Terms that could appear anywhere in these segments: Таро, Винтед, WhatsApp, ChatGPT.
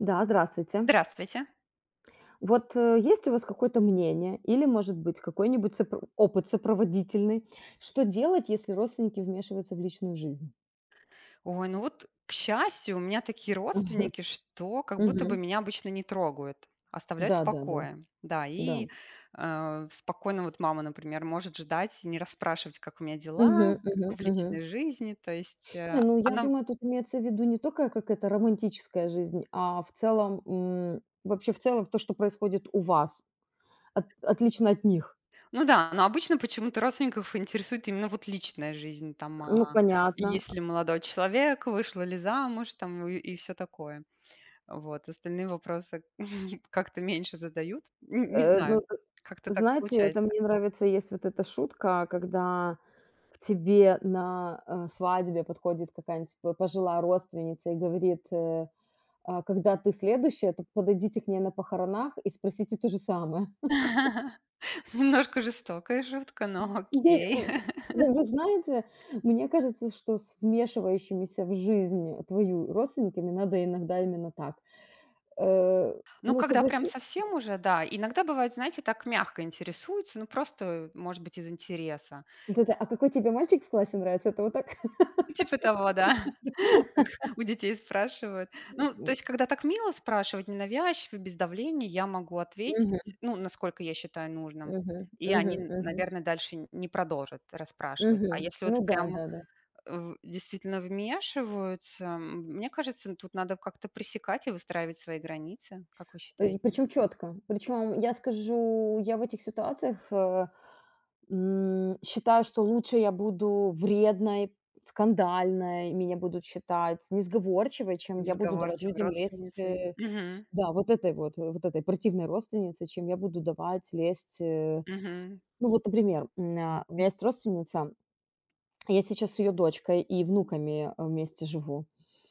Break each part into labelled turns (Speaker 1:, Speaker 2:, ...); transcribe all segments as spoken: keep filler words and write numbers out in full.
Speaker 1: Да, здравствуйте.
Speaker 2: Здравствуйте.
Speaker 1: Вот, э, есть у вас какое-то мнение или, может быть, какой-нибудь сопро опыт сопроводительный, что делать, если родственники вмешиваются в личную жизнь?
Speaker 2: Ой, ну вот, к счастью, у меня такие родственники, что как будто бы
Speaker 1: Мгм.
Speaker 2: меня обычно не трогают, оставляют в
Speaker 1: Да-да-да. Да, да,
Speaker 2: покое. Да,
Speaker 1: да, да.
Speaker 2: и э, спокойно вот мама, например, может ждать, и не расспрашивать, как у меня
Speaker 1: Мгм,
Speaker 2: дела,
Speaker 1: мгм,
Speaker 2: как в
Speaker 1: мгм.
Speaker 2: личной жизни. То есть
Speaker 1: Не,
Speaker 2: э,
Speaker 1: ну, я
Speaker 2: она,
Speaker 1: думаю, тут имеется в виду не только как это романтическая жизнь, а в целом, м, вообще в целом то, что происходит у вас, от отлично от них.
Speaker 2: ну да, но обычно почему-то родственников интересует именно вот личная жизнь, там,
Speaker 1: Ну,
Speaker 2: а,
Speaker 1: понятно.
Speaker 2: если молодой человек, вышла ли замуж, там, и, и все такое. Вот, остальные вопросы как-то меньше задают. Н Не
Speaker 1: Э,
Speaker 2: знаю,
Speaker 1: ну,
Speaker 2: как-то так
Speaker 1: знаете, это
Speaker 2: получается.
Speaker 1: мне нравится, есть вот эта шутка, когда к тебе на, э, свадьбе подходит какая-нибудь п пожилая родственница и говорит, э, а: "Когда ты следующая, то подойдите к ней на похоронах и спросите то же самое".
Speaker 2: Немножко жестокая шутка, но
Speaker 1: Не,
Speaker 2: окей.
Speaker 1: э, вы вы знаете, мне кажется, что с вмешивающимися в жизнь твою родственниками надо иногда именно так. Э,
Speaker 2: Ну,
Speaker 1: ну,
Speaker 2: когда прям
Speaker 1: согласись,
Speaker 2: совсем уже, да. Иногда бывает, знаете, так мягко интересуются, ну, просто, может быть, из интереса.
Speaker 1: вот это: "А какой тебе мальчик в классе нравится?" — это вот так.
Speaker 2: Типа того, да, как у детей спрашивают. Ну, то есть, когда так мило спрашивать, ненавязчиво, без давления, я могу ответить,
Speaker 1: Мгм,
Speaker 2: ну, насколько я считаю нужным.
Speaker 1: мгм,
Speaker 2: И
Speaker 1: мгм,
Speaker 2: они,
Speaker 1: мгм,
Speaker 2: наверное, дальше не продолжат расспрашивать. А
Speaker 1: мгм.
Speaker 2: если
Speaker 1: Ну
Speaker 2: вот
Speaker 1: да,
Speaker 2: прям
Speaker 1: да-да.
Speaker 2: в действительно вмешиваются. М, мне кажется, тут надо как-то пресекать и выстраивать свои границы. Как вы
Speaker 1: И
Speaker 2: считаете?
Speaker 1: причем четко. Причем я скажу, я в этих ситуациях, э, м, считаю, что лучше я буду вредной, скандальной, меня будут считать несговорчивой, чем я буду давать
Speaker 2: Несговорчивой
Speaker 1: людям лезть,
Speaker 2: родственницей.
Speaker 1: э,
Speaker 2: Мгм.
Speaker 1: да, вот этой вот, э, вот этой противной родственнице, чем я буду давать лезть, э.
Speaker 2: Мгм.
Speaker 1: Ну вот, например, м, а, у меня есть родственница, я сейчас с ее дочкой и внуками, э, вместе живу.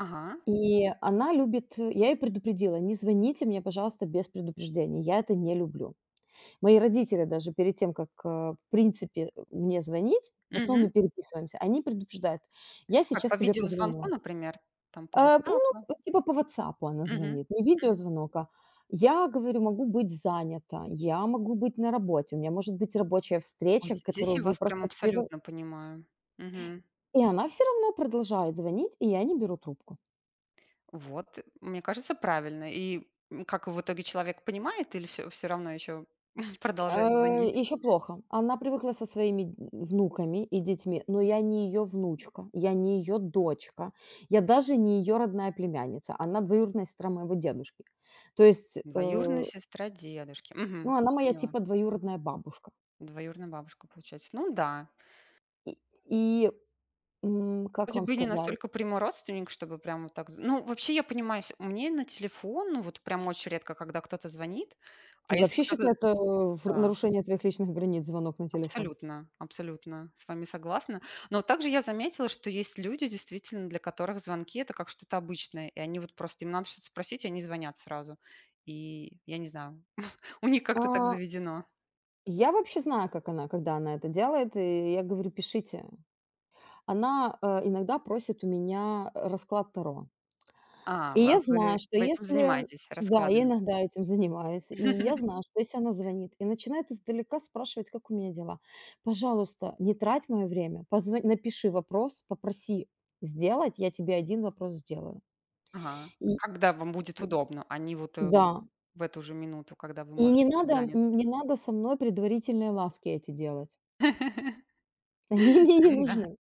Speaker 2: Ага.
Speaker 1: И она любит, э, я ее предупредила: "Не звоните мне, пожалуйста, без предупреждения, я это не люблю". Мои родители даже перед тем, как э, в принципе, э, мне звонить, в основном
Speaker 2: Мгм.
Speaker 1: мы переписываемся, они предупреждают: "Я
Speaker 2: Как
Speaker 1: сейчас
Speaker 2: по
Speaker 1: тебе
Speaker 2: видеозвонку,
Speaker 1: позвоню".
Speaker 2: например, там по
Speaker 1: Э,
Speaker 2: WhatsApp.
Speaker 1: ну, типа по "Ватсапу" она
Speaker 2: Мгм.
Speaker 1: звонит, не
Speaker 2: Мгм.
Speaker 1: видеозвонок, а "я, говорю, могу быть занята, я могу быть на работе, у меня может быть рабочая
Speaker 2: Ой, з
Speaker 1: встреча,
Speaker 2: здесь
Speaker 1: которую
Speaker 2: я
Speaker 1: вы
Speaker 2: вас прям
Speaker 1: просто прерв".
Speaker 2: абсолютно понимаю. Мгм.
Speaker 1: И она все равно продолжает звонить, и я не беру трубку.
Speaker 2: Вот, мне кажется, правильно. И, м, как в итоге человек понимает или все все равно еще продолжает
Speaker 1: А,
Speaker 2: звонить?
Speaker 1: еще плохо. Она привыкла со своими д- внуками и детьми, но я не ее внучка, я не ее дочка, я даже не ее родная племянница. Она двоюродная сестра моего дедушки. То есть,
Speaker 2: Двоюродная
Speaker 1: э,
Speaker 2: сестра дедушки.
Speaker 1: ну,
Speaker 2: Мгм.
Speaker 1: она моя
Speaker 2: Поняла.
Speaker 1: типа двоюродная бабушка.
Speaker 2: Двоюродная бабушка, получается. Ну да.
Speaker 1: И, и, м, как
Speaker 2: Вроде
Speaker 1: вам
Speaker 2: бы не
Speaker 1: сказать?
Speaker 2: настолько прямой родственник, чтобы прям вот так з Ну, вообще, я понимаю, с мне на телефон, ну, вот прям очень редко, когда кто-то звонит.
Speaker 1: Да
Speaker 2: А
Speaker 1: я
Speaker 2: если
Speaker 1: вообще считаю,
Speaker 2: кто-то
Speaker 1: это в-
Speaker 2: Да,
Speaker 1: нарушение твоих личных границ, звонок на телефон.
Speaker 2: абсолютно, абсолютно с вами согласна. Но также я заметила, что есть люди, действительно, для которых звонки — это как что-то обычное. И они вот просто им надо что-то спросить, и они звонят сразу. И я не знаю, у них как-то так
Speaker 1: А,
Speaker 2: заведено.
Speaker 1: я вообще знаю, как она, когда она это делает, и я говорю, пишите. Она э, иногда просит у меня расклад Таро.
Speaker 2: А,
Speaker 1: И я
Speaker 2: а вы
Speaker 1: знаю, что
Speaker 2: вы этим
Speaker 1: если
Speaker 2: занимаетесь,
Speaker 1: Да, я
Speaker 2: раскладами?
Speaker 1: иногда этим занимаюсь. И я знаю, что если она звонит и начинает издалека спрашивать, как у меня дела, пожалуйста, не трать мое время, позво напиши вопрос, попроси сделать, я тебе один вопрос сделаю.
Speaker 2: Ага.
Speaker 1: И
Speaker 2: Когда вам будет
Speaker 1: всё.
Speaker 2: удобно, а не вот, э,
Speaker 1: Да,
Speaker 2: в эту же минуту, когда вы
Speaker 1: и не
Speaker 2: можете быть
Speaker 1: надо м,
Speaker 2: заняты.
Speaker 1: не надо со мной предварительные ласки эти делать. Они мне не
Speaker 2: Да.
Speaker 1: нужны.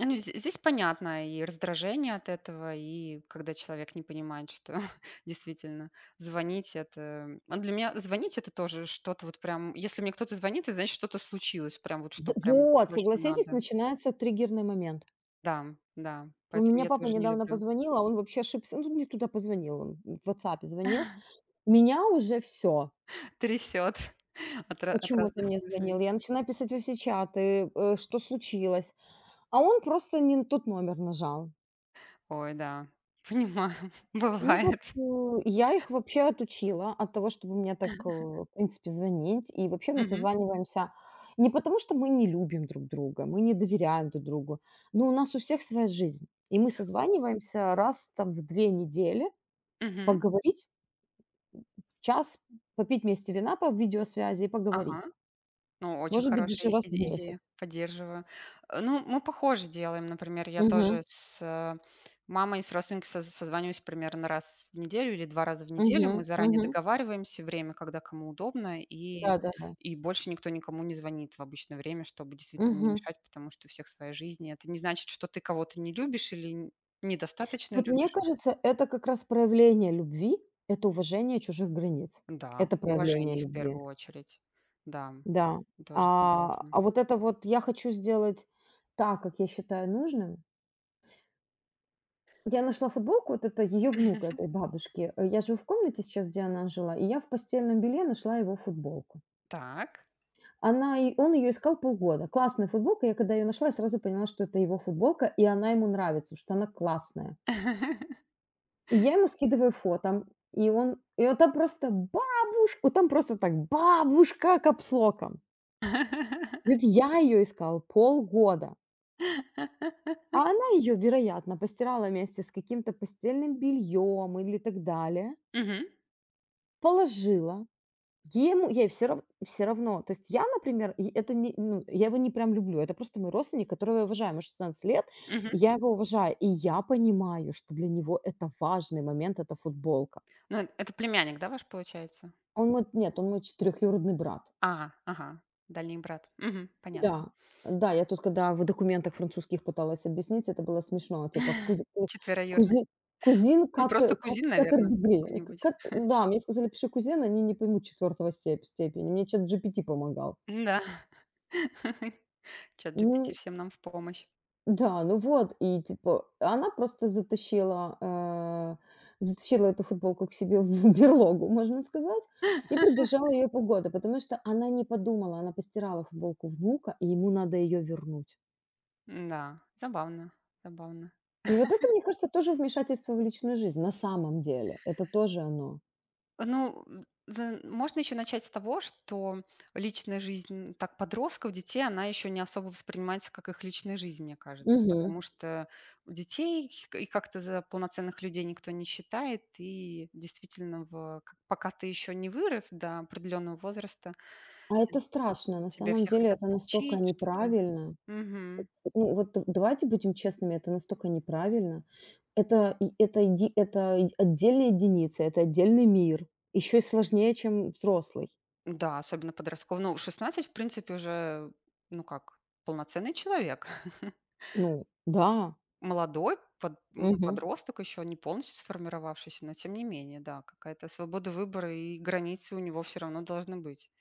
Speaker 2: Ну, зд здесь понятно и раздражение от этого, и когда человек не понимает, что действительно звонить — это а для меня звонить — это тоже что-то вот прям если мне кто-то звонит, это значит, что-то случилось, прям вот
Speaker 1: Д
Speaker 2: что прям
Speaker 1: Вот,
Speaker 2: срочно
Speaker 1: согласитесь,
Speaker 2: надо.
Speaker 1: начинается триггерный момент.
Speaker 2: Да, да,
Speaker 1: У
Speaker 2: поэтому
Speaker 1: меня
Speaker 2: я
Speaker 1: папа
Speaker 2: тоже не
Speaker 1: недавно
Speaker 2: люблю.
Speaker 1: позвонил, а он вообще ошибся. Ну, не туда позвонил, он в WhatsApp звонил. Меня уже все.
Speaker 2: Трясет от ра от
Speaker 1: "Почему ты
Speaker 2: разных
Speaker 1: мне звонил?"
Speaker 2: мыслей.
Speaker 1: Я начинаю писать во все чаты, э, что случилось, а он просто не на тот номер нажал.
Speaker 2: Ой, да, понимаю,
Speaker 1: Ну вот,
Speaker 2: бывает.
Speaker 1: э, я их вообще отучила от того, чтобы мне так, э, в принципе, звонить. И вообще мы
Speaker 2: Мгм,
Speaker 1: созваниваемся не потому, что мы не любим друг друга, мы не доверяем друг другу, но у нас у всех своя жизнь. И мы созваниваемся раз там в две недели
Speaker 2: мгм.
Speaker 1: поговорить час, попить вместе вина по видеосвязи и
Speaker 2: Ага.
Speaker 1: поговорить.
Speaker 2: Ну, очень
Speaker 1: Может быть, даже
Speaker 2: хорошая
Speaker 1: раз в
Speaker 2: и
Speaker 1: месяц.
Speaker 2: идея, поддерживаю. Э, ну, мы похоже делаем. Например, я
Speaker 1: Мгм.
Speaker 2: тоже с, э, мамой, с родственниками соз созваниваюсь примерно раз в неделю или два раза в неделю.
Speaker 1: Мгм,
Speaker 2: Мы заранее
Speaker 1: мгм.
Speaker 2: договариваемся время, когда кому удобно, и
Speaker 1: Да-да-да.
Speaker 2: и больше никто никому не звонит в обычное время, чтобы действительно не
Speaker 1: Мгм.
Speaker 2: мешать, потому что у всех своя жизнь. И это не значит, что ты кого-то не любишь или н недостаточно
Speaker 1: Вот мне
Speaker 2: любишь.
Speaker 1: кажется, это как раз проявление любви, это уважение чужих границ.
Speaker 2: Да,
Speaker 1: Это проявление
Speaker 2: уважение в
Speaker 1: любви.
Speaker 2: первую очередь. Да,
Speaker 1: Да. А,
Speaker 2: тоже согласна.
Speaker 1: а вот это вот я хочу сделать так, как я считаю нужным. Я нашла футболку, вот это ее внука, этой бабушки. Э, Я живу в комнате сейчас, где она жила, и я в постельном белье нашла его футболку.
Speaker 2: Так.
Speaker 1: Она, и он ее искал полгода. Классная футболка. Я когда ее нашла, я сразу поняла, что это его футболка, и она ему нравится, потому что она классная. И я ему скидываю фото, и он и вот там просто бабушка, вот там просто так: "Бабушка!" капслоком. Ведь я ее искал полгода, а она ее, вероятно, постирала вместе с каким-то постельным бельем или так далее,
Speaker 2: Мгм,
Speaker 1: положила. Ему Ей все рав всё равно. То есть я, например, и это не ну, я его не прям люблю, это просто мой родственник, которого я уважаю. Ему шестнадцать лет, и
Speaker 2: мгм.
Speaker 1: я его уважаю, и я понимаю, что для него это важный момент, эта футболка.
Speaker 2: Ну, эт это племянник, да, ваш получается?
Speaker 1: Он мой нет, Он мой четырехюродный брат.
Speaker 2: А, ага, дальний брат. Мгм, понятно.
Speaker 1: Да, да, я тут, когда в документах французских пыталась объяснить, это было смешно, типа кузи ку
Speaker 2: Четвероюродный.
Speaker 1: кузи кузин
Speaker 2: Ну,
Speaker 1: кат
Speaker 2: просто
Speaker 1: кат
Speaker 2: кузин, наверное,
Speaker 1: катер-дегри. Э,
Speaker 2: какой-нибудь.
Speaker 1: кат Да, мне сказали: "Пиши кузен", они не поймут четвертого степ степени. Мне ChatGPT помогал.
Speaker 2: М-да. ChatGPT
Speaker 1: Ну
Speaker 2: всем нам в помощь.
Speaker 1: да, ну вот, и типа она просто затащила, э, затащила эту футболку к себе в берлогу, можно сказать, и продержала ее полгода, потому что она не подумала, она постирала футболку внука, и ему надо ее вернуть.
Speaker 2: да забавно, забавно.
Speaker 1: И вот это, мне кажется, тоже вмешательство в личную жизнь на самом деле. Это тоже оно.
Speaker 2: Ну, м, за можно еще начать с того, что личная жизнь, так, подростков, детей, она еще не особо воспринимается как их личная жизнь, мне кажется.
Speaker 1: Мгм.
Speaker 2: Потому что детей к и как-то за полноценных людей никто не считает. И действительно, в к пока ты еще не вырос до определенного возраста,
Speaker 1: А
Speaker 2: те
Speaker 1: это страшно. На
Speaker 2: тебя
Speaker 1: самом
Speaker 2: все
Speaker 1: деле
Speaker 2: хотят
Speaker 1: это настолько
Speaker 2: поучить, что-то
Speaker 1: неправильно.
Speaker 2: Мгм.
Speaker 1: Ну, вот д давайте будем честными, это настолько неправильно. Это и это еди это и Отдельная единица, это отдельный мир. Еще и сложнее, чем взрослый.
Speaker 2: Да, особенно подростков. Ну, шестнадцать, в принципе, уже, ну как, полноценный человек.
Speaker 1: Ну да,
Speaker 2: Молодой, под ну,
Speaker 1: мгм.
Speaker 2: подросток еще, не полностью сформировавшийся, но тем не менее, да, какая-то свобода выбора и границы у него все равно должны быть.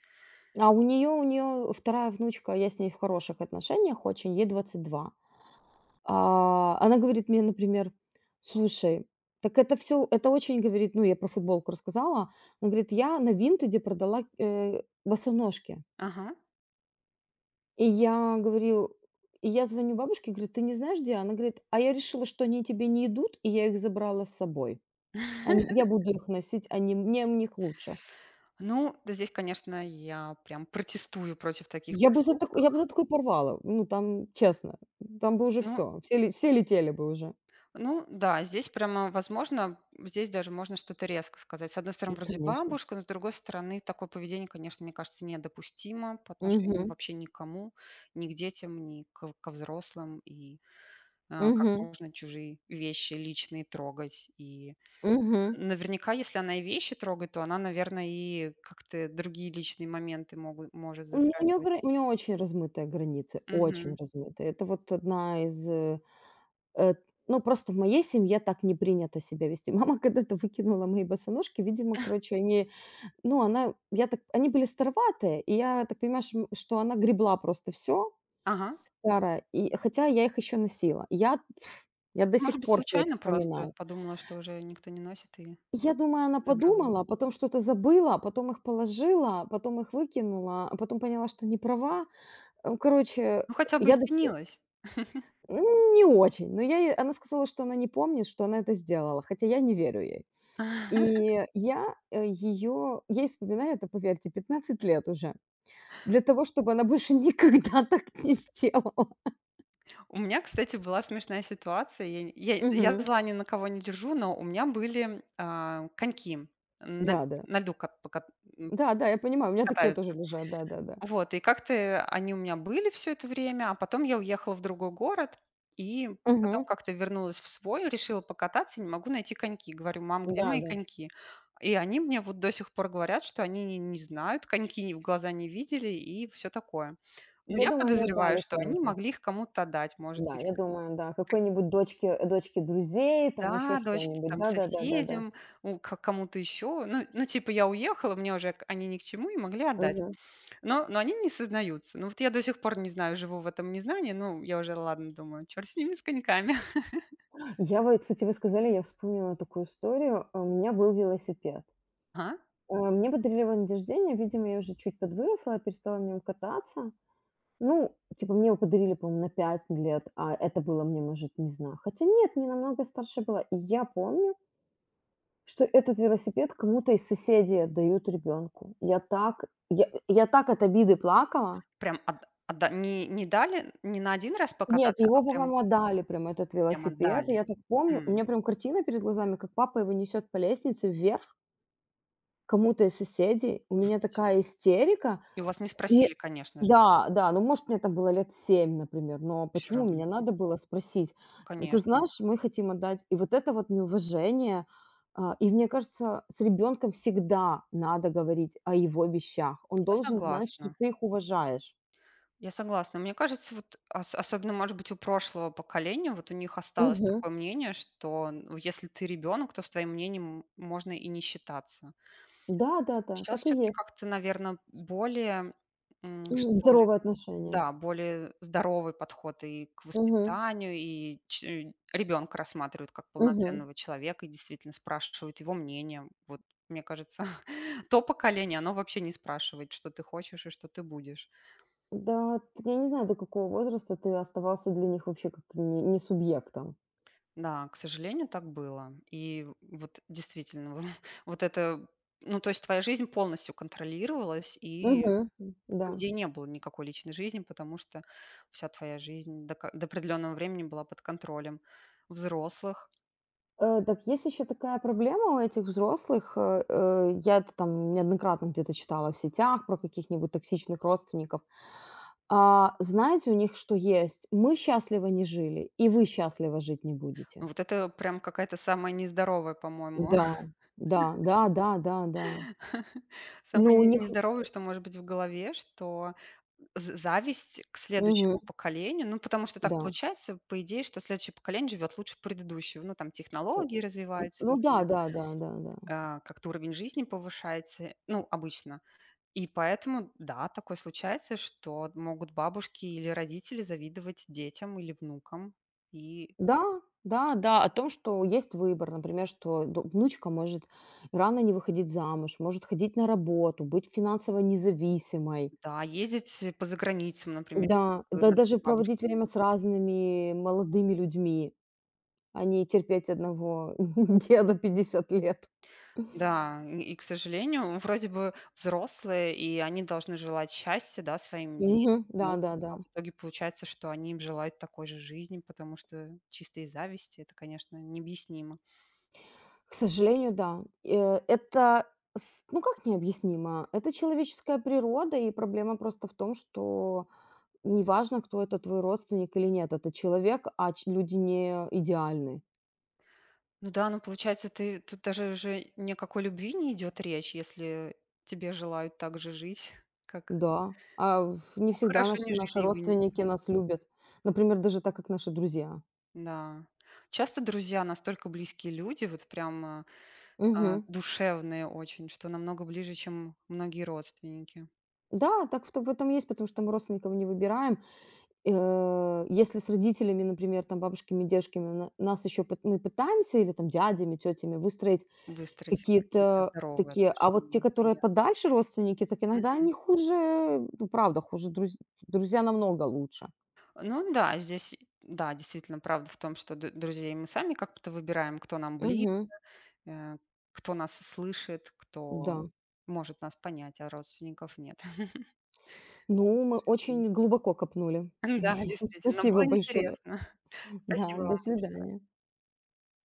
Speaker 1: А у нее у нее вторая внучка, я с ней в хороших отношениях очень, ей двадцать два. А, она говорит мне, например: "Слушай, так это все, это очень, говорит", ну, я про футболку рассказала. Она говорит: "Я на "Винтеде" продала, э, босоножки".
Speaker 2: Ага.
Speaker 1: И я говорю, и я звоню бабушке, говорю: "Ты не знаешь, где?" Она говорит: "А я решила, что они тебе не идут, и я их забрала с собой. Они Я буду их носить, они мне в них лучше".
Speaker 2: Ну, да здесь, конечно, я прям протестую против таких
Speaker 1: Я бы за тако я
Speaker 2: поступков.
Speaker 1: бы за такое порвала. Ну, там, честно, там бы уже
Speaker 2: Ну
Speaker 1: всё, все ле все летели бы уже.
Speaker 2: ну да, здесь прямо возможно, здесь даже можно что-то резко сказать. С одной стороны,
Speaker 1: Ну,
Speaker 2: вроде
Speaker 1: конечно.
Speaker 2: бабушка, но с другой стороны, такое поведение, конечно, мне кажется, недопустимо по отношению
Speaker 1: Угу,
Speaker 2: вообще никому, ни к детям, ни к ко взрослым. И а, как
Speaker 1: угу,
Speaker 2: можно чужие вещи личные трогать. И
Speaker 1: мгм.
Speaker 2: наверняка, если она и вещи трогает, то она, наверное, и как-то другие личные моменты могут, может
Speaker 1: У нее у нее гра
Speaker 2: затрагивать.
Speaker 1: у нее очень размытые границы, очень
Speaker 2: Мгм.
Speaker 1: размытые. Это вот одна из, э, э, Ну, просто в моей семье так не принято себя вести. Мама когда-то выкинула мои босоножки, видимо, короче, они, ну, она, я так они были староватые, и я так понимаю, шм что она гребла просто все
Speaker 2: Ага.
Speaker 1: старое, и хотя я их еще носила. Я я до
Speaker 2: Может
Speaker 1: сих
Speaker 2: быть,
Speaker 1: пор ей
Speaker 2: случайно просто
Speaker 1: вспоминаю.
Speaker 2: подумала, что уже никто не носит и
Speaker 1: Я думаю, она
Speaker 2: забрала.
Speaker 1: подумала, а потом что-то забыла, а потом их положила, а потом их выкинула, а потом поняла, что не права. Э, короче,
Speaker 2: Ну, хотя бы
Speaker 1: я до
Speaker 2: извинилась.
Speaker 1: М, не очень, но я ей она сказала, что она не помнит, что она это сделала, хотя я не верю ей. И я, э, её ей вспоминаю это, поверьте, 15 лет уже, для того, чтобы она больше никогда так не сделала.
Speaker 2: У меня, кстати, была смешная ситуация. Я, не- я- я
Speaker 1: Мгм.
Speaker 2: зла ни на кого не держу, но у меня были а, коньки на,
Speaker 1: Да-да.
Speaker 2: на льду кат- пока- м,
Speaker 1: Да-да, я понимаю, у меня такие тоже
Speaker 2: катаются.
Speaker 1: лежат, да-да-да.
Speaker 2: Вот, и как-то э, они у меня были все это время, а потом я уехала в другой город и потом
Speaker 1: Мгм.
Speaker 2: как-то вернулась в свой, решила покататься, не могу найти коньки. Говорю: "Мам, где мои
Speaker 1: Да-да.
Speaker 2: коньки?" И они мне вот до сих пор говорят, что они не не знают, коньки ни в глаза не видели и все такое. Но
Speaker 1: Я
Speaker 2: я
Speaker 1: думаю, они
Speaker 2: подозреваю,
Speaker 1: отдали
Speaker 2: что они
Speaker 1: кому-то.
Speaker 2: могли их кому-то отдать, может
Speaker 1: Да,
Speaker 2: быть,
Speaker 1: я
Speaker 2: к
Speaker 1: думаю, да,
Speaker 2: к
Speaker 1: какой-нибудь дочке дочке друзей, там еще
Speaker 2: да, дочке,
Speaker 1: что-нибудь.
Speaker 2: там,
Speaker 1: Да-да-да-да-да.
Speaker 2: соседям, у к кому-то еще. Ну ну, типа, я уехала, мне уже к они ни к чему, и могли отдать. Но но они не сознаются. Ну, вот я до сих пор не знаю, живу в этом незнании. Ну, я уже, ладно, думаю, черт с ними, с коньками.
Speaker 1: Я вот, кстати, вы сказали, я вспомнила такую историю. А, У меня был велосипед.
Speaker 2: Ага.
Speaker 1: А, Мне подарили его на день рождения, видимо, я уже чуть подвыросла, я перестала на нем кататься. Ну, типа, мне его подарили, по-моему, на пять лет, а это было мне, может, не знаю. Хотя нет, не намного старше была. И я помню, что этот велосипед кому-то из соседей отдают ребенку. Я так, я, я так от обиды плакала.
Speaker 2: Прям от отда не не дали не на один раз
Speaker 1: Нет,
Speaker 2: покататься, а
Speaker 1: его,
Speaker 2: прям
Speaker 1: по-моему, отдали прям этот
Speaker 2: прям
Speaker 1: велосипед. И
Speaker 2: отдали.
Speaker 1: я так помню, у
Speaker 2: М.
Speaker 1: меня прям картина перед глазами, как папа его несет по лестнице вверх, кому-то из соседей. У меня такая истерика.
Speaker 2: И у вас не
Speaker 1: Мне
Speaker 2: спросили, конечно же,
Speaker 1: Да, да, ну, может, мне там было лет семь например, но
Speaker 2: Все
Speaker 1: почему меня
Speaker 2: равно.
Speaker 1: надо было спросить: "Ты
Speaker 2: Конечно.
Speaker 1: знаешь, мы хотим отдать". И вот это вот неуважение. А, и мне кажется, с ребенком всегда надо говорить о его вещах. Он
Speaker 2: Я
Speaker 1: должен знать, что
Speaker 2: согласна.
Speaker 1: ты их уважаешь.
Speaker 2: Я согласна. Мне кажется, вот ос особенно, может быть, у прошлого поколения, вот у них осталось
Speaker 1: Мгм.
Speaker 2: такое мнение, что, ну, если ты ребенок, то с твоим мнением можно и не считаться.
Speaker 1: Да-да-да,
Speaker 2: Сейчас
Speaker 1: так и
Speaker 2: все таки
Speaker 1: есть.
Speaker 2: как-то, наверное, более, м,
Speaker 1: Мгм.
Speaker 2: что ли,
Speaker 1: Здоровые отношения.
Speaker 2: да, более здоровый подход и к
Speaker 1: Мгм.
Speaker 2: воспитанию, и ч ребёнка рассматривают как
Speaker 1: Мгм.
Speaker 2: полноценного человека и действительно спрашивают его мнение. Вот, мне кажется, то поколение, оно вообще не спрашивает, что ты хочешь и что ты будешь.
Speaker 1: Да, я не знаю, до какого возраста ты оставался для них вообще как не не субъектом.
Speaker 2: Да, к сожалению, так было. И вот действительно, вот это, ну, то есть твоя жизнь полностью контролировалась, и
Speaker 1: Мгм. М, да.
Speaker 2: по идее, не было никакой личной жизни, потому что вся твоя жизнь до, ка- до определенного времени была под контролем взрослых.
Speaker 1: Э, так есть еще такая проблема у этих взрослых. Э, э, я это там неоднократно где-то читала в сетях про каких-нибудь токсичных родственников. А, знаете, у них что есть? Мы счастливо не жили, и вы счастливо жить не будете.
Speaker 2: Ну, вот это прям какая-то самая нездоровая, по-моему,
Speaker 1: Да, да, да, да, да, да. Но
Speaker 2: самое
Speaker 1: у
Speaker 2: не-
Speaker 1: них,
Speaker 2: нездоровое, что может быть в голове, что з- зависть к
Speaker 1: мгм,
Speaker 2: следующему поколению, ну, потому что так
Speaker 1: да.
Speaker 2: получается, по идее, что следующее поколение живет лучше предыдущего. Ну, там
Speaker 1: Э,
Speaker 2: технологии
Speaker 1: э,
Speaker 2: развиваются,
Speaker 1: ну да,
Speaker 2: например,
Speaker 1: да, да, да, да.
Speaker 2: а, как-то уровень жизни повышается, ну, обычно И поэтому, да, такое случается, что могут бабушки или родители завидовать детям или внукам. И
Speaker 1: Да, да, да, о том, что есть выбор, например, что д- внучка может рано не выходить замуж, может ходить на работу, быть финансово независимой,
Speaker 2: да, ездить э, по заграницам, например,
Speaker 1: да,
Speaker 2: э,
Speaker 1: да
Speaker 2: наши
Speaker 1: даже
Speaker 2: бабушки.
Speaker 1: проводить время с разными молодыми людьми, а не терпеть одного деда пятьдесят лет.
Speaker 2: Да, и, и, к сожалению, вроде бы взрослые, и они должны желать счастья, да, своим детям,
Speaker 1: Мгм. Да, да,
Speaker 2: внукам,
Speaker 1: да.
Speaker 2: а в итоге получается, что они им желают такой же жизни, потому что чистой зависти это, конечно, необъяснимо.
Speaker 1: К сожалению, да. Э, Это, с- ну как необъяснимо, это человеческая природа, и проблема просто в том, что неважно, кто это, твой родственник или нет, это человек, а ч люди не идеальны.
Speaker 2: Ну да, ну получается, ты тут даже же ни о какой любви не идет речь, если тебе желают так же жить, как
Speaker 1: Да, а, в не всегда
Speaker 2: хорошо
Speaker 1: наши
Speaker 2: не
Speaker 1: наши
Speaker 2: жили вы. Н-
Speaker 1: родственники нас любят. Например, даже так, как наши друзья.
Speaker 2: Да. Часто друзья настолько близкие люди, вот прям а, а,
Speaker 1: Мгм.
Speaker 2: душевные очень, что намного ближе, чем многие родственники.
Speaker 1: Да, так в то в этом есть, потому что мы родственников не выбираем. Э, если с родителями, например, там, бабушками, дедушками на нас еще пыт мы пытаемся или там дядями, тетями выстроить
Speaker 2: Выстроить какие-то
Speaker 1: какие-то
Speaker 2: здоровые
Speaker 1: такие, а вот те,
Speaker 2: отношения,
Speaker 1: которые
Speaker 2: приятные.
Speaker 1: подальше родственники, так иногда
Speaker 2: Мгм.
Speaker 1: они хуже, ну, правда, хуже друз друзья намного лучше.
Speaker 2: Ну да, здесь, да, действительно, правда в том, что д- друзей мы сами как-то выбираем, кто нам ближе,
Speaker 1: Мгм.
Speaker 2: э, кто нас слышит,
Speaker 1: Да.
Speaker 2: кто может нас понять, а родственников нет.
Speaker 1: Ну, мы очень глубоко копнули.
Speaker 2: Да, действительно,
Speaker 1: Спасибо
Speaker 2: было
Speaker 1: большое.
Speaker 2: интересно.
Speaker 1: Да,
Speaker 2: Спасибо вам
Speaker 1: до
Speaker 2: большое.
Speaker 1: свидания.